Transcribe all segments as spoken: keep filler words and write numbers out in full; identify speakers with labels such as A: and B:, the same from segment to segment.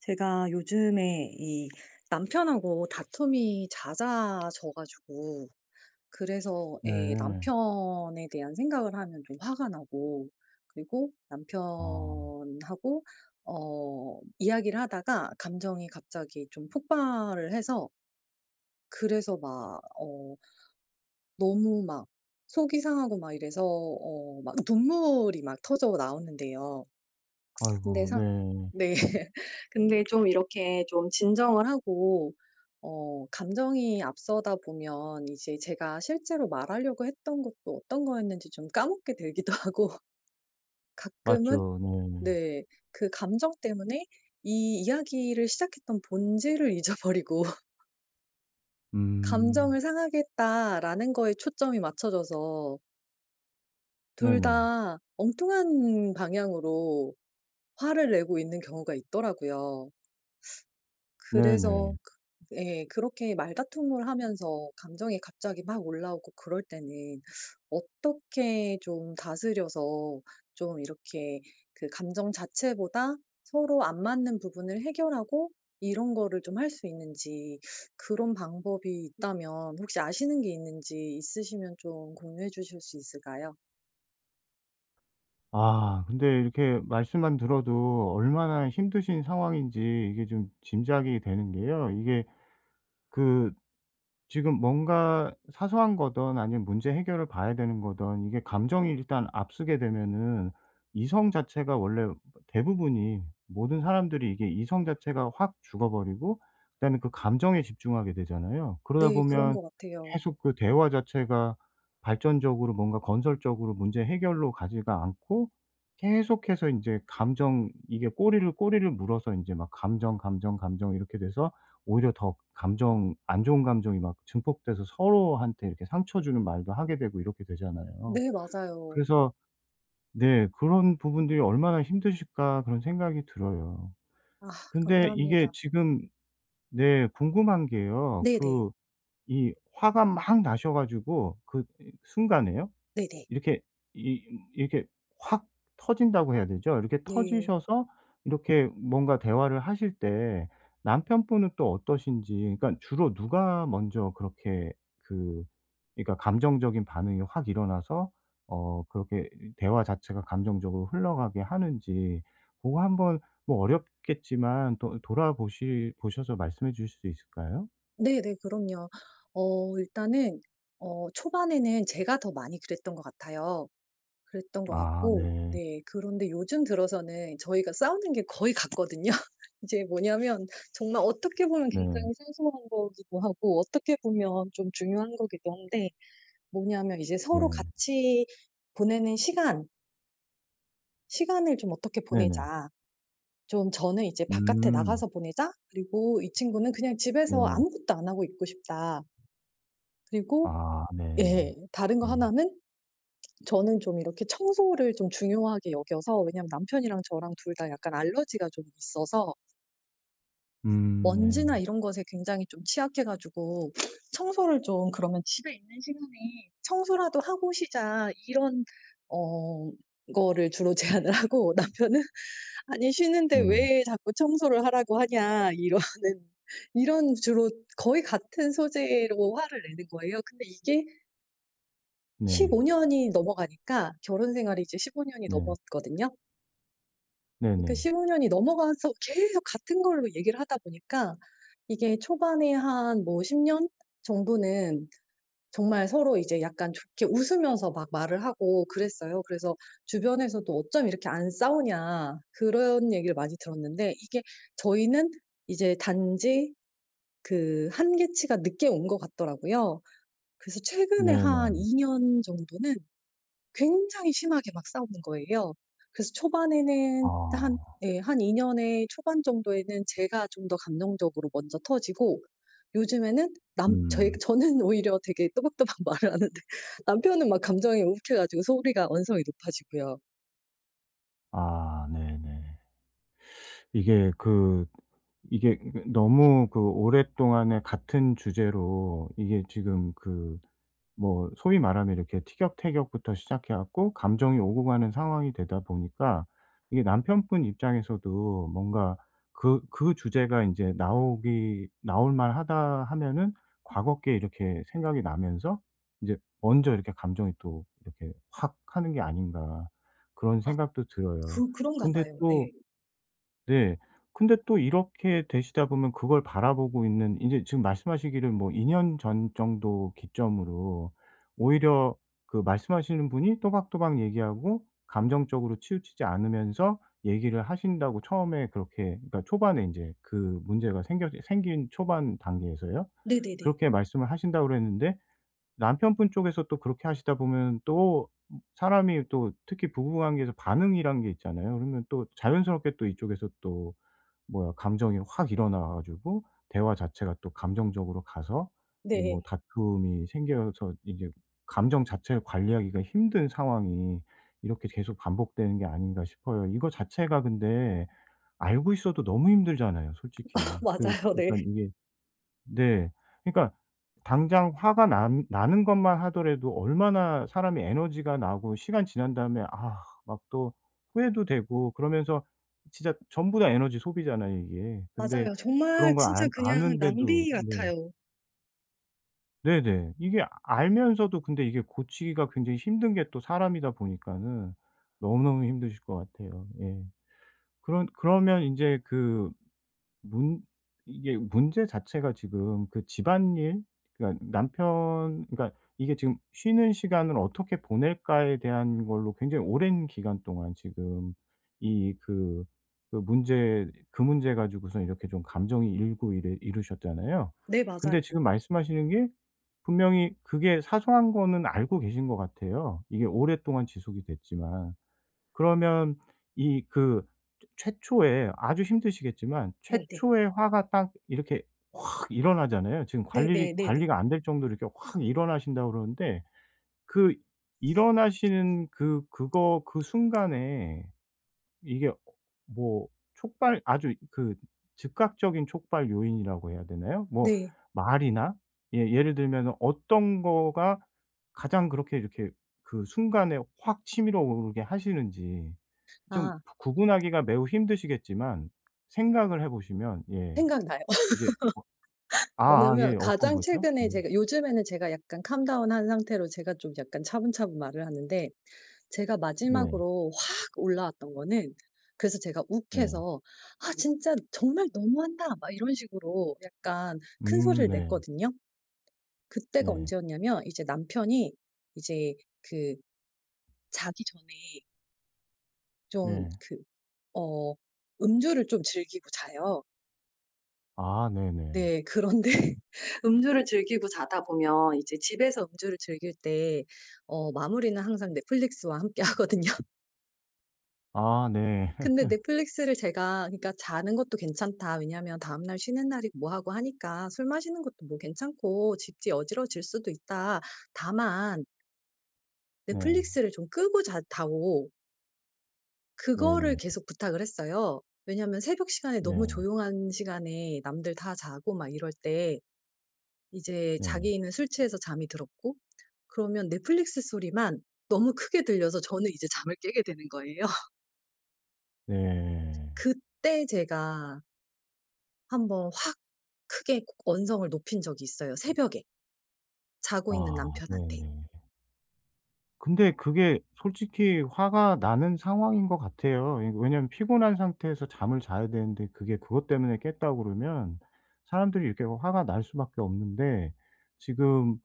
A: 제가 요즘에 이 남편하고 다툼이 잦아져 가지고, 그래서 에
B: 네.
A: 남편에 대한 생각을 하면 좀 화가 나고, 그리고
B: 아.
A: 남편하고 어 이야기를 하다가 감정이 갑자기 좀 폭발을 해서, 그래서 막 어 너무 막 속이 상하고 막 이래서 어 막 눈물이 막 터져 나오는데요. 근데
B: 아이고,
A: 사
B: 네.
A: 네. 근데 좀 이렇게 좀 진정을 하고 어 감정이 앞서다 보면 이제 제가 실제로 말하려고 했던 것도 어떤 거였는지 좀 까먹게 되기도 하고 가끔은.
B: 맞죠, 네.
A: 네. 그 감정 때문에 이 이야기를 시작했던 본질을 잊어버리고 '감정을
B: 음.
A: 상하게 했다.'라는 거에 초점이 맞춰져서, 둘
B: 네네.
A: 다 엉뚱한 방향으로 화를 내고 있는 경우가 있더라고요. 그래서,
B: 네네.
A: 예, 그렇게 말다툼을 하면서 감정이 갑자기 막 올라오고 그럴 때는 어떻게 좀 다스려서 좀 이렇게, 그 감정 자체보다 서로 안 맞는 부분을 해결하고 이런 거를 좀 할 수 있는지, 그런 방법이 있다면 혹시 아시는 게 있는지, 있으시면 좀 공유해 주실 수 있을까요?
B: 아, 근데 이렇게 말씀만 들어도 얼마나 힘드신 상황인지 이게 좀 짐작이 되는 게요. 이게 그 지금 뭔가 사소한 거든 아니면 문제 해결을 봐야 되는 거든, 이게 감정이 일단 앞서게 되면은 이성 자체가 원래 대부분이 모든 사람들이 이게 이성 자체가 확 죽어버리고 그다음에 그 감정에 집중하게 되잖아요. 그러다
A: 네. 그런
B: 보면
A: 것 같아요.
B: 계속 그 대화 자체가 발전적으로 뭔가 건설적으로 문제 해결로 가지가 않고, 계속해서 이제 감정 이게 꼬리를 꼬리를 물어서 이제 막 감정, 감정, 감정 이렇게 돼서 오히려 더 감정, 안 좋은 감정이 막 증폭돼서 서로한테 이렇게 상처 주는 말도 하게 되고 이렇게 되잖아요.
A: 네. 맞아요.
B: 그래서 네, '그런 부분들이 얼마나 힘드실까.' 그런 생각이 들어요.
A: 아,
B: 근데 이게
A: 감사합니다.
B: 지금 네 궁금한 게요.
A: 네네.
B: 그 이 화가 막 나셔 가지고 그 이 순간에요.
A: 네네.
B: 이렇게 이 이렇게 확 터진다고 해야 되죠? 이렇게
A: 네.
B: 터지셔서 이렇게 뭔가 대화를 하실 때 남편분은 또 어떠신지. 그러니까 주로 누가 먼저 그렇게 그 그러니까 감정적인 반응이 확 일어나서 어 그렇게 대화 자체가 감정적으로 흘러가게 하는지, 고거 한번, 뭐 어렵겠지만 또 돌아보시 보셔서 말씀해 주실 수 있을까요?
A: 네네. 그럼요. 어 일단은, 어 초반에는 제가 더 많이 그랬던 것 같아요. 그랬던 것
B: 아
A: 같고.
B: 네.
A: 네. 그런데 요즘 들어서는 저희가 싸우는 게 거의 같거든요. 이제 뭐냐면 정말 어떻게 보면 굉장히
B: 네.
A: 사소한 거기도 하고 어떻게 보면 좀 중요한 거기도 한데, 뭐냐면 이제 서로
B: 네.
A: 같이 보내는 시간, '시간을 좀 어떻게
B: 네네.
A: 보내자. 좀 저는 이제 바깥에
B: 음.
A: 나가서 보내자.' 그리고 이 친구는 그냥 집에서
B: 네.
A: 아무것도 안 하고 있고 싶다. 그리고,
B: 아 네네.
A: 예. 다른 거
B: 예.
A: 하나는, 저는 좀 이렇게 청소를 좀 중요하게 여겨서, 왜냐면 남편이랑 저랑 둘 다 약간 알러지가 좀 있어서
B: 음 네.
A: 먼지나 이런 것에 굉장히 좀 취약해 가지고, 청소를 좀, 그러면 '집에 있는 시간에 청소라도 하고 쉬자.' 이런 어 거를 주로 제안을 하고, 남편은 "아니 쉬는데
B: 네.
A: 왜 자꾸 청소를 하라고 하냐." 이러는, 이런 주로 거의 같은 소재로 화를 내는 거예요. 근데 이게
B: 네.
A: 십오 년이 넘어가니까, 결혼 생활이 이제 십오 년이
B: 네.
A: 넘었거든요. 그러니까
B: 네네.
A: 십오 년이 넘어가서 계속 같은 걸로 얘기를 하다 보니까, 이게 초반에 한 뭐 십 년 정도는 정말 서로 이제 약간 좋게 웃으면서 막 말을 하고 그랬어요. 그래서 주변에서도 "어쩜 이렇게 안 싸우냐." 그런 얘기를 많이 들었는데, 이게 저희는 이제 단지 그 한계치가 늦게 온 것 같더라고요. 그래서 최근에 한
B: 네네.
A: 이 년 정도는 굉장히 심하게 막 싸우는 거예요. 그래서 초반에는 한,
B: 아.
A: 예, 한 이 년의 초반 정도에는 제가 좀 더 감정적으로 먼저 터지고, 요즘에는 남 저희
B: 음.
A: 저는 오히려 되게 또박또박 말을 하는데, 남편은 막 감정이 욱해 가지고 소리가, 언성이 높아지고요.
B: 아 네네. 이게 그 이게 그 너무 그 오랫동안에 같은 주제로 이게 지금 그 뭐 소위 말하면 이렇게 티격태격부터 시작해 갖고 감정이 오고 가는 상황이 되다 보니까, 이게 남편분 입장에서도 뭔가 그 그 주제가 인제 나오기 나올 만하다 하면은 과거께 이렇게 생각이 나면서 인제 먼저 이렇게 감정이 또 이렇게 확 하는 게 아닌가, 그런
A: 아,
B: 생각도 들어요.
A: 그 그런가
B: 근데
A: 봐요.
B: 또
A: 네.
B: 네. 근데 또 이렇게 되시다 보면, 그걸 바라보고 있는 인제 지금 말씀하시기를 뭐 이 년 전 정도 기점으로 오히려 그 말씀하시는 분이 또박또박 얘기하고 감정적으로 치우치지 않으면서 얘기를 하신다고, 처음에 그렇게, 그러니까 초반에 인제 그 문제가 생겨 생긴 초반 단계에서요.
A: 네네네.
B: 그렇게 말씀을 하신다고 그랬는데, 남편분 쪽에서 또 그렇게 하시다 보면 또 사람이 또 특히 부부관계에서 반응이란 게 있잖아요. 그러면 또 자연스럽게 또 이쪽에서 또 뭐야, 감정이 확 일어나 가지고 대화 자체가 또 감정적으로 가서 이 뭐
A: 네.
B: 다툼이 생겨서 이제 감정 자체를 관리하기가 힘든 상황이 이렇게 계속 반복되는 게 아닌가 싶어요. 이거 자체가 근데 알고 있어도 너무 힘들잖아요 솔직히. 그
A: 맞아요.
B: 그
A: 네.
B: 러니 이게 네. 그러니까 당장 화가 난 나는 것만 하더라도 얼마나 사람이 에너지가 나고, 시간 지난 다음에 아 막 또 후회도 되고 그러면서 진짜 전부 다 에너지 소비잖아요 이게. 근데
A: 맞아요. 정말
B: 그런 걸
A: 진짜
B: 안
A: 그냥
B: 아는데도
A: 낭비
B: 네.
A: 같아요.
B: 네네. 이게 알면서도, 근데 이게 고치기가 굉장히 힘든 게 또 사람이다 보니까는 너무너무 힘드실 것 같아요. 예. 그런 그러면 인제 그 문 이게 문제 자체가 지금 그 집안일, 그러니까 남편 그러니까 이게 지금 쉬는 시간을 어떻게 보낼까에 대한 걸로 굉장히 오랜 기간 동안 지금 이 그 그 문제 그 문제 가지고서 이렇게 좀 감정이 일고 이래 이러셨잖아요.
A: 네, 맞아요.
B: 근데 지금 말씀하시는 게 분명히 그게 사소한 거는 알고 계신 것 같아요, 이게 오랫동안 지속이 됐지만. 그러면 이 그 최초에 아주 힘드시겠지만
A: 네네.
B: 최초의 화가 딱 이렇게 확 일어나잖아요. 지금 관리
A: 네네, 네네.
B: 관리가 안 될 정도로 이렇게 확 일어나신다고 그러는데, 그 일어나시는 그 그거 그 순간에 이게 뭐 촉발 아주 그 즉각적인 촉발 요인이라고 해야 되나요? 뭐
A: 네.
B: 말이나 예, 예를 들면 어떤 거가 가장 그렇게 이렇게 그 순간에 확 치밀어 오르게 하시는지, 좀
A: 아,
B: 구분하기가 매우 힘드시겠지만 생각을 해 보시면 예,
A: 생각나요.
B: 이제 어 아아,
A: 뭐냐면,
B: 예, 어떤
A: 가장
B: 거죠?
A: 최근에
B: 예.
A: 제가, 요즘에는 제가 약간 캄다운한 상태로 제가 좀 약간 차분차분 말을 하는데, 제가
B: 네.
A: 마지막으로 확 올라왔던 거는, 그래서 제가
B: 네.
A: 욱해서 '아 진짜 정말 너무한다.' 막 이런 식으로 약간 큰
B: 음
A: 소리를
B: 네.
A: 냈거든요. 그때가
B: 네.
A: 언제였냐면, 이제 남편이 이제 그 자기 전에 좀
B: 네.
A: 그 어 음주를 좀 즐기고 자요.
B: 아 네 네.
A: 네. 그런데 음주를 즐기고 자다 보면, 이제 집에서 음주를 즐길 때 어 마무리는 항상 넷플릭스와 함께 하거든요.
B: 아 네.
A: 근데 넷플릭스를 제가, 그러니까 자는 것도 괜찮다. 왜냐하면 다음날 쉬는 날이 뭐 하고 하니까 '술 마시는 것도 뭐 괜찮고, 집지 어지러질 수도 있다. 다만
B: 네.
A: 넷플릭스를 좀 끄고 자다오.'
B: 네
A: 그거를
B: 네.
A: 계속 부탁을 했어요. 왜냐하면 새벽 시간에
B: 네.
A: 너무
B: 네.
A: 조용한 시간에 남들 다 자고 막 이럴 때 이제
B: 네.
A: 자기는 술 취해서 잠이 들었고, 그러면 넷플릭스 소리만 너무 크게 들려서 저는 이제 잠을 깨게 되는 거예요.
B: 네.
A: 그때 제가 한번 확 크게 언성을 높인 적이 있어요, 새벽에. 자고 있는
B: 아
A: 남편한테.
B: 네네. 근데 그게 솔직히 화가 나는 상황인 것 같아요. 이 왜냐면 피곤한 상태에서 잠을 자야 되는데 그게 그것 때문에 깼다고 그러면 사람들이 이렇게 화가 날 수밖에 없는데 지금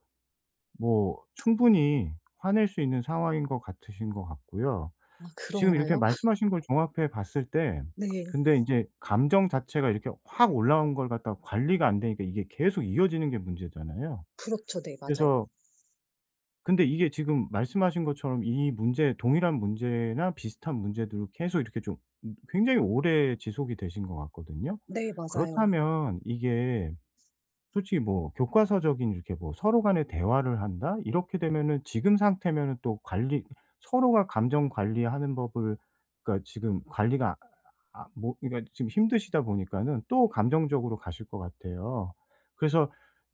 B: 뭐 충분히 화낼 수 있는 상황인 것 같으신 것 같고요.
A: 아,
B: 지금 이렇게
A: 그런가요?
B: 말씀하신 걸 종합해 봤을 때,
A: 네.
B: 근데 인제 감정 자체가 이렇게 확 올라온 걸 갖다가 관리가 안 되니까 이게 계속 이어지는 게 문제잖아요.
A: 그렇죠. 네. 맞아요.
B: 그래서, 근데 이게 지금 말씀하신 것처럼 이 문제 동일한 문제나 비슷한 문제들을 계속 이렇게 좀 음 굉장히 오래 지속이 되신 것 같거든요.
A: 네. 맞아요.
B: 그렇다면 이게 솔직히 뭐 교과서적인 이렇게 뭐 서로 간에 대화를 한다? 이렇게 되면은 지금 상태면은 또 관리 서로가 감정 관리하는 법을 그러니까 지금 관리가 아 아, 뭐 그러니까 지금 힘드시다 보니까는 또 감정적으로 가실 것 같아요. 그래서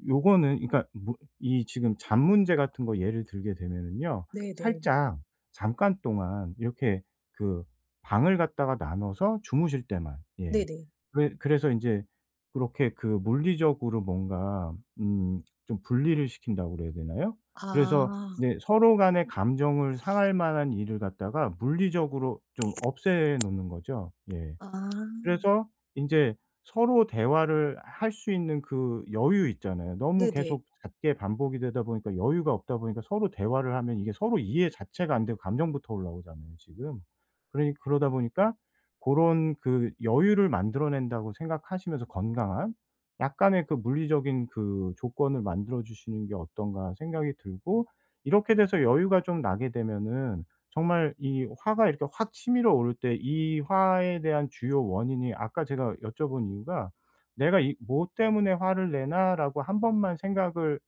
B: 요거는 그러니까 뭐 이 지금 잠 문제 같은 거 예를 들게 되면은요,
A: 네네.
B: 살짝 잠깐 동안 이렇게 그 방을 갖다가 나눠서 주무실 때만 예.
A: 네네.
B: 그래 그래서 인제 그렇게 그 물리적으로 뭔가 음 좀 분리를 시킨다고 그래야 되나요? 그래서
A: 아.
B: 이제 서로 간의 감정을 상할 만한 일을 갖다가 물리적으로 좀 없애 놓는 거죠. 예.
A: 아.
B: 그래서 인제 서로 대화를 할 수 있는 그 여유 있잖아요. 너무
A: 네네.
B: 계속 잦게 반복이 되다 보니까 여유가 없다 보니까 서로 대화를 하면 이게 서로 이해 자체가 안 되고 감정부터 올라오잖아요 지금. 그러니 그러다 보니까 고런 그 여유를 만들어낸다고 생각하시면서 건강한 약간의 그 물리적인 그 조건을 만들어 주시는 게 어떤가 생각이 들고, 이렇게 돼서 여유가 좀 나게 되면은 정말 이 화가 이렇게 확 치밀어 오를 때 이 화에 대한 주요 원인이, 아까 제가 여쭤본 이유가 '내가 이 뭐 때문에 화를 내나?'라고 한 번만 생각을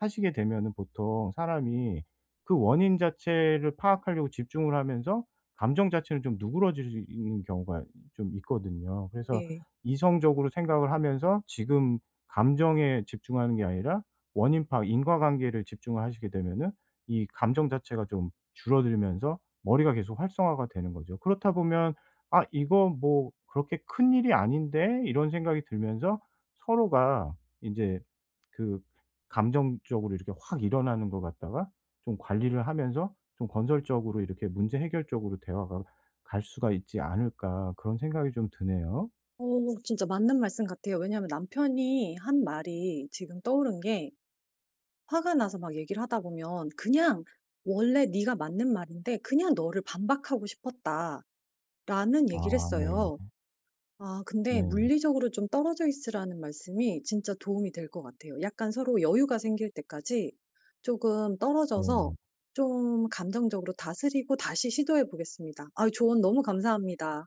B: 하시게 되면은 보통 사람이 그 원인 자체를 파악하려고 집중을 하면서 감정 자체는 좀 누그러지는 경우가 좀 있거든요.
A: 네.
B: 그래서
A: 네.
B: 이성적으로 생각을 하면서 지금 감정에 집중하는 게 아니라 원인 파악, 인과관계를 집중을 하시게 되면은 이 감정 자체가 좀 줄어들면서 머리가 계속 활성화가 되는 거죠. 그렇다 보면 '아 이거 뭐 그렇게 큰일이 아닌데?' 이런 생각이 들면서 서로가 이제그 감정적으로 이렇게 확 일어나는 것 같다가 좀 관리를 하면서 좀 건설적으로 이렇게 문제 해결적으로 대화가 갈 수가 있지 않을까, 그런 생각이 좀 드네요.
A: 어 진짜 맞는 말씀 같아요. 왜냐하면 남편이 한 말이 지금 떠오른 게, 화가 나서 막 얘기를 하다 보면 그냥 "원래 네가 맞는 말인데 그냥 너를 반박하고 싶었다."라는 얘기를
B: 아 네.
A: 했어요. 아, 근데
B: 네.
A: 물리적으로 좀 떨어져 있으라는 말씀이 진짜 도움이 될 것 같아요. 약간 서로 여유가 생길 때까지 조금 떨어져서
B: 네네.
A: 좀 감정적으로 다스리고 다시 시도해 보겠습니다. 아, 조언 너무 감사합니다.